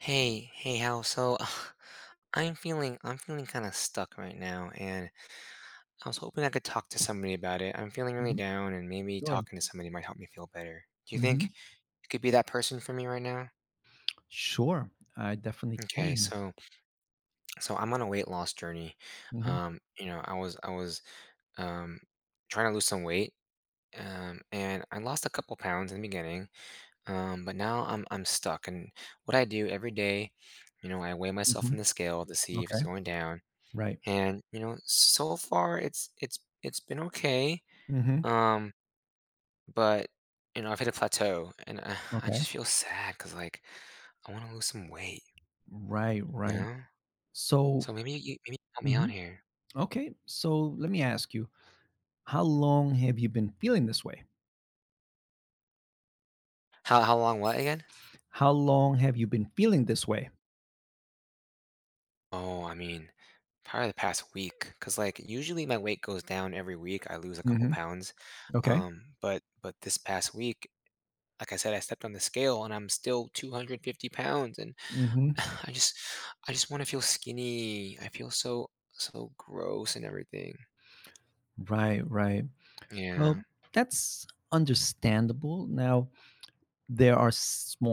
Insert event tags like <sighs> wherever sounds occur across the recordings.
Hey, hey, Hal. So <laughs> <sighs> I'm feeling kind of stuck right now, and I was hoping I could talk to somebody about it. I'm feeling really Mhm. down, and maybe Sure. talking to somebody might help me feel better. Do you think Mhm. you could be that person for me right now? Sure. I definitely Okay, can. so I'm on a weight loss journey. Mhm. I was um trying to lose some weight, and I lost a couple pounds in the beginning, but now I'm stuck. And what I do every day, you know, I weigh myself on Mhm. the scale to see if it's Okay. going down. Right. And you know, so far it's been okay. Mhm. Um, but you know, I've hit a plateau, and <sighs> I Okay. just feel sad because like I want to lose some weight. Right, You right. know, So. so maybe you can help me out Mhm. here. Okay. So let me ask you, how long have you been feeling this way? How long? What again? How long have you been feeling this way? Oh, I mean, probably the past week. Cause like usually my weight goes down every week. I lose a couple Mhm. pounds. Okay. But this past week, like I said, I stepped on the scale and I'm still 250 pounds, and <sighs> Mhm. <laughs> I just I just wanna feel skinny. I feel so so gross and everything. Right, right. Well, Yeah. that's understandable. Now, there are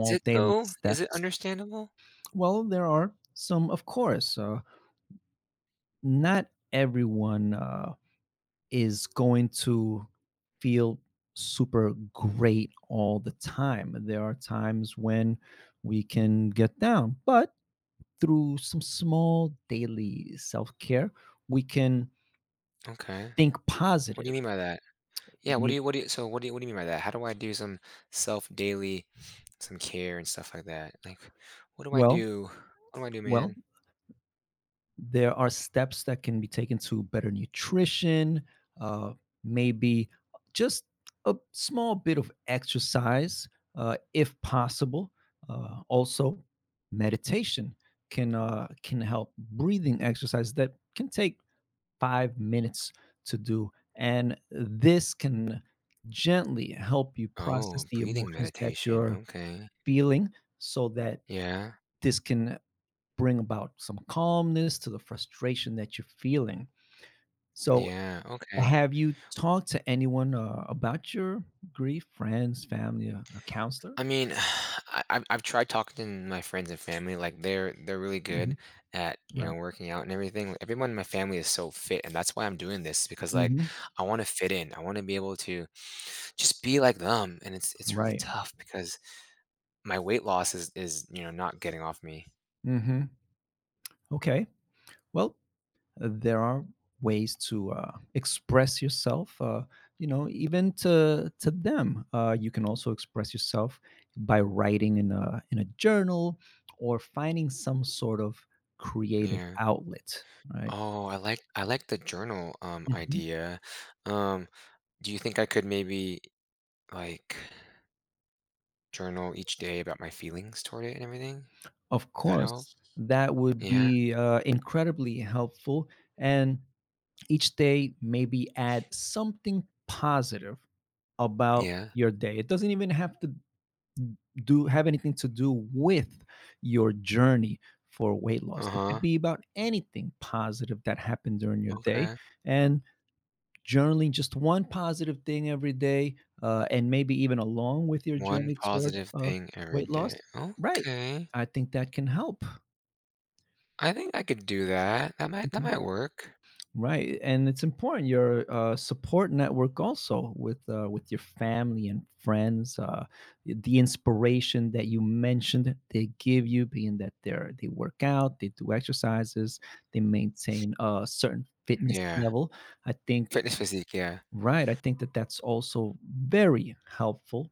Is it daily though? Is it steps. understandable? Well, there are some, of course. Not everyone is going to feel super great all the time. There are times when we can get down, but through some small daily self care, we can Okay. think What do positive. you mean by that? Yeah, We- what do you so what do you mean by that? How do I do some self daily some care and stuff like that? Like, what do I Well, do? What do I do, well, man? there are steps that can be taken to better nutrition, uh, maybe just a small bit of exercise if possible. Also, meditation can help. Breathing exercise that can take 5 minutes to do, and this can gently help you process Oh, the breathing emotions that meditation, you're okay. feeling, so that Yeah, this can bring about some calmness to the frustration that you're feeling. So, yeah, okay. have you talked to anyone about your grief? Friends, family, a counselor? I mean, <sighs> I've tried talking to my friends and family. Like they're really good Hmm. at you know Right. working out and everything. Like, everyone in my family is so fit, and that's why I'm doing this because like Hmm. I want to fit in. I want to be able to just be like them, and it's really Right. tough because my weight loss is you know not getting off me. Hmm. Okay. Well, there are ways to express yourself. Even to them, you can also express yourself by writing in a journal or finding some sort of creative Yeah. outlet. Right. Oh, I like the journal idea. Um, do you think I could maybe like journal each day about my feelings toward it and everything? Of Would that help? course, that would Yeah. be incredibly helpful. And each day, maybe add something positive about Yeah. your day. It doesn't even have anything to do with your journey for weight loss. It could Uh-huh, be about anything positive that happened during your day, okay. and journaling just one positive thing every day, and maybe even along with your One journey toward positive thing every weight day. loss. Right, Okay. I think that can help. I think I could do that. That Mm-hmm. might work. Right, and it's important your support network also with your family and friends. The inspiration that you mentioned they give you, being that they work out, they do exercises, they maintain a certain fitness Yeah. level. I think Fitness physique, yeah. right. I think that that's also very helpful.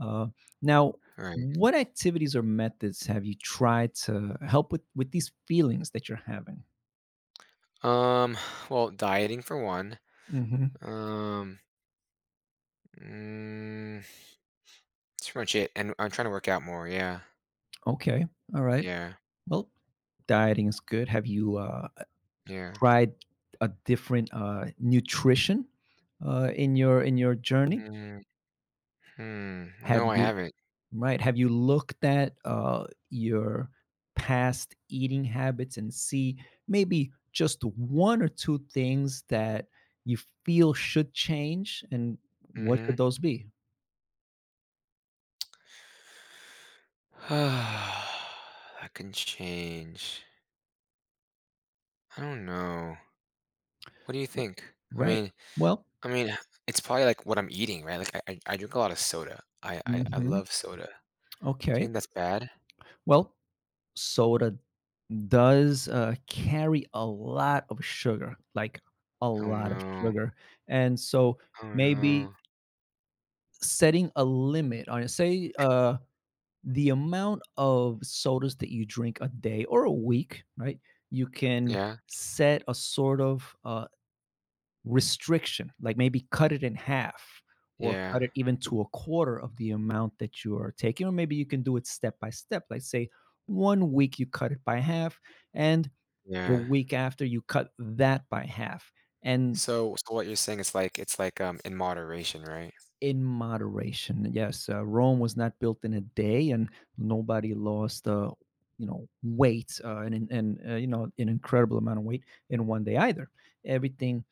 Uh, Now, Right. what activities or methods have you tried to help with these feelings that you're having? Um, <sighs> well, dieting for one. Hmm. Um, mm, that's pretty much it. And I'm trying to work out more, yeah. Okay, all right. Yeah. Well, dieting is good. Have you Yeah. tried a different nutrition in your journey? Mm, hmm. Have No, I you haven't. right? Have you looked at your past eating habits and see maybe just one or two things that you feel should change, and what could Mhm. those be? <sighs> That can change. I don't know. What do you think? Right. Well, I mean, it's probably like what I'm eating, right? Like I drink a lot of soda. I hmm, love soda. Do you okay. think that's bad? Well, soda does carry a lot of sugar, like a Oh lot of no. sugar. And so Oh maybe no. setting a limit on it, say the amount of sodas that you drink a day or a week, right? You can Yeah. set a sort of restriction, like maybe cut it in half or cut Yeah. it even to a quarter of the amount that you are taking. Or maybe you can do it step by step, like say one week you cut it by half and the Yeah. week after, you cut that by half and So so what you're saying is like it's like in moderation, right? in moderation. Yes, Rome was not built in a day, and nobody lost, weight and an incredible amount of weight in one day either. Everything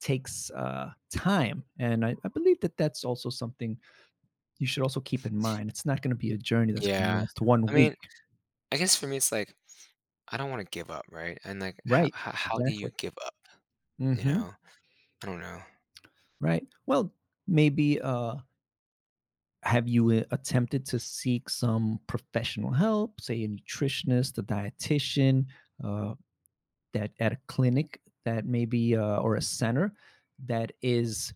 takes time, and I believe that that's also something you should also keep in mind. It's not going to be a journey that's going to Yeah. last I one week, mean, I guess for me it's like I don't want to give up, right? And like right? How do Exactly. you give up? You Hmm. know? I don't know. Right. Well, maybe have you attempted to seek some professional help, say a nutritionist, a dietitian, uh, that at a clinic that maybe or a center that is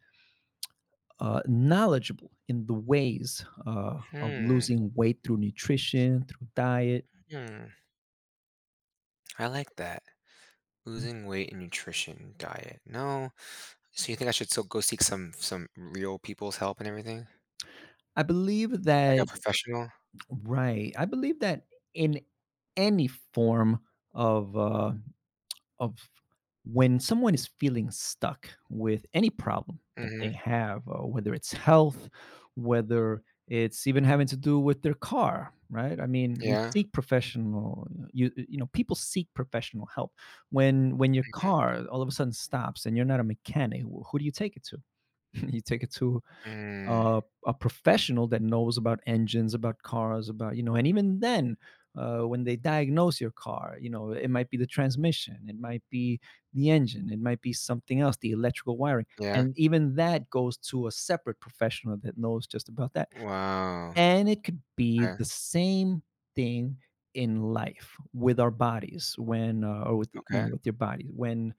knowledgeable in the ways of Hmm. losing weight through nutrition, through diet? Hmm. I like that. Losing weight and nutrition diet. No. So you think I should still go seek some real people's help and everything? I believe Like a that professional? right. I believe that in any form of uh, of when someone is feeling stuck with any problem that they Mhm. have, whether it's health, whether it's even having to do with their car, right? I mean, we Yeah. seek professional you you know, people seek professional help. When your Mhm. car all of a sudden stops and you're not a mechanic, who do you take it to? <laughs> You take it to Mm. uh, a professional that knows about engines, about cars, about you know, and even then, when they diagnose your car, it might be the transmission, it might be the engine, it might be something else, the electrical wiring, Yeah. and even that goes to a separate professional that knows just about that. Wow. And it could be Okay, the same thing in life with our bodies when or with you okay. know, with your body when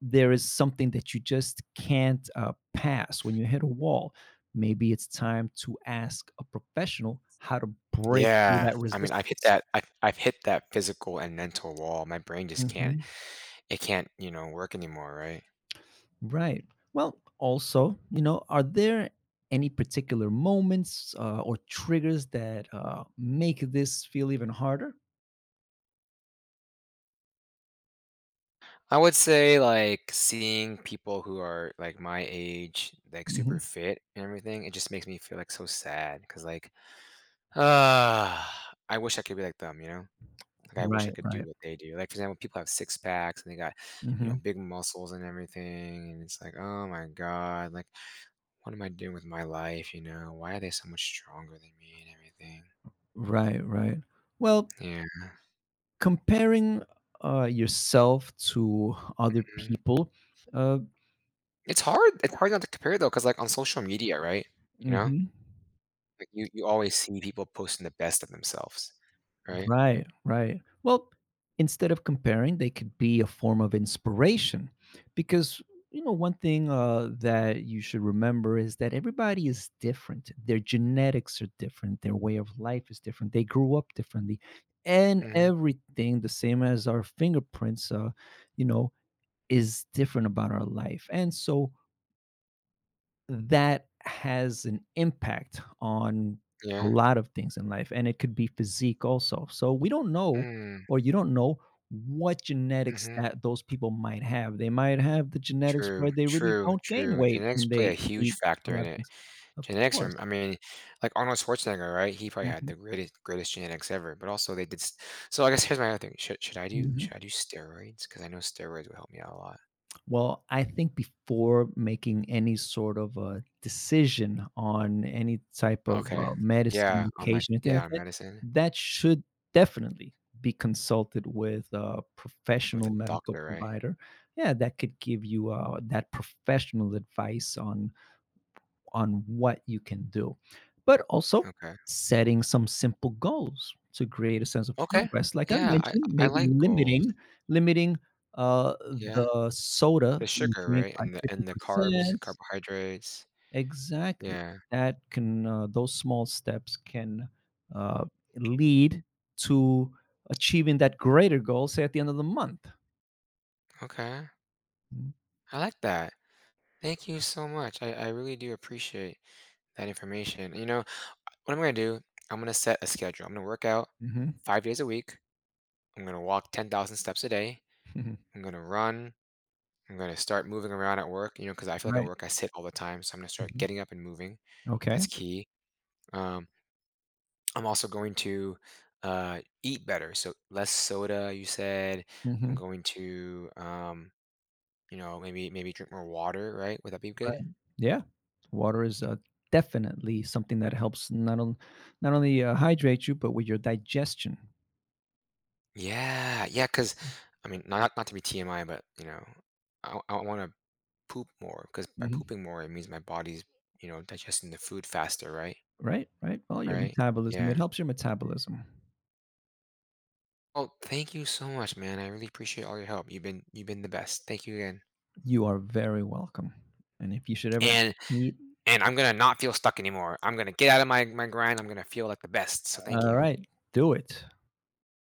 there is something that you just can't pass when you hit a wall. Maybe it's time to ask a professional how to break through Yeah. that I mean, resistance. I've hit that physical and mental wall. My brain just can't Hmm. it can't, you know, work anymore, right? Right. Well, also, are there any particular moments or triggers that make this feel even harder? I would say, like, seeing people who are, like, my age, like, Hmm. super fit and everything, it just makes me feel, like, so sad. Cause like, <sighs> ah, I wish I could be like them, you know? Like I wish I Right, could right. do what they do. Like for example, people have six packs and they got, you Hmm. know, big muscles and everything, and it's like, oh my god, like what am I doing with my life? You know, why are they so much stronger than me and everything? Right, right. Well, Yeah, comparing yourself to other Mhm. people, uh, it's hard. It's hard not to compare though, because like on social media, right? You know, mhm, like you always see people posting the best of themselves, right? right, right. Well, instead of comparing, they could be a form of inspiration because you know one thing that you should remember is that everybody is different. Their genetics are different. Their way of life is different. They grew up differently, and Hmm. everything the same as our fingerprints. You know is different about our life, and so that has an impact on a Yeah. lot of things in life, and it could be physique also. So we don't know, Mm-hmm. or you don't know what genetics Mm-hmm. that those people might have. They might have the genetics where True. they really True. don't gain True. weight Genetics when play they a huge eat a factor lot in of it. things. Of Genetics course. are I mean, like Arnold Schwarzenegger, right? He probably had Mhm. the greatest greatest genetics ever, but also they did s so I guess here's my other thing. Mhm. Should I do steroids? Because I know steroids will help me out a lot. Well, I think before making any sort of a decision on any type of Okay. Yeah, medicine, on, like medication, anything like yeah, on that, medicine that should definitely be consulted with a with professional a medical doctor, right? provider. Yeah, that could give you that professional advice on what you can do, but also Okay. setting some simple goals to create a sense of Okay. progress. Like I Yeah, mentioned, I maybe like goals. limiting Yeah. the soda The that you sugar, drink right? by fifty And the carbs, percent. carbohydrates. Exactly. Yeah. That can Those small steps can uh, lead to achieving that greater goal. Say at the end of the month. Okay. I like that. Thank you so much. I really do appreciate that information. You know what I'm gonna do, I'm gonna set a schedule. I'm gonna work out Mhm. Mhm. 5 days a week. I'm gonna walk 10,000 steps a day. <laughs> I'm gonna run. I'm gonna start moving around at work, you know, because I feel like at Right. work I sit all the time. So I'm gonna start Mhm. getting up and moving. Okay. That's key. Um, I'm also going to eat better. So less soda, you said. I'm Mhm. going to, you know, maybe drink more water, right? Would that be Right. good? Yeah. Water is definitely something that helps not only hydrate you, but with your digestion. Yeah, yeah. Because I mean, not not to be TMI, but you know, I want to poop more because by Mhm. pooping more, it means my body's, you know, digesting the food faster, right? Right. Right. Well, your, mhm, Right? metabolism. It Yeah. helps your metabolism. Well, thank you so much, man. I really appreciate all your help. You've been the best. Thank you again. You are very welcome. And if you should ever And need, and I'm gonna not feel stuck anymore. I'm gonna get out of my my grind. I'm gonna feel like the best. So thank all you. right, do it.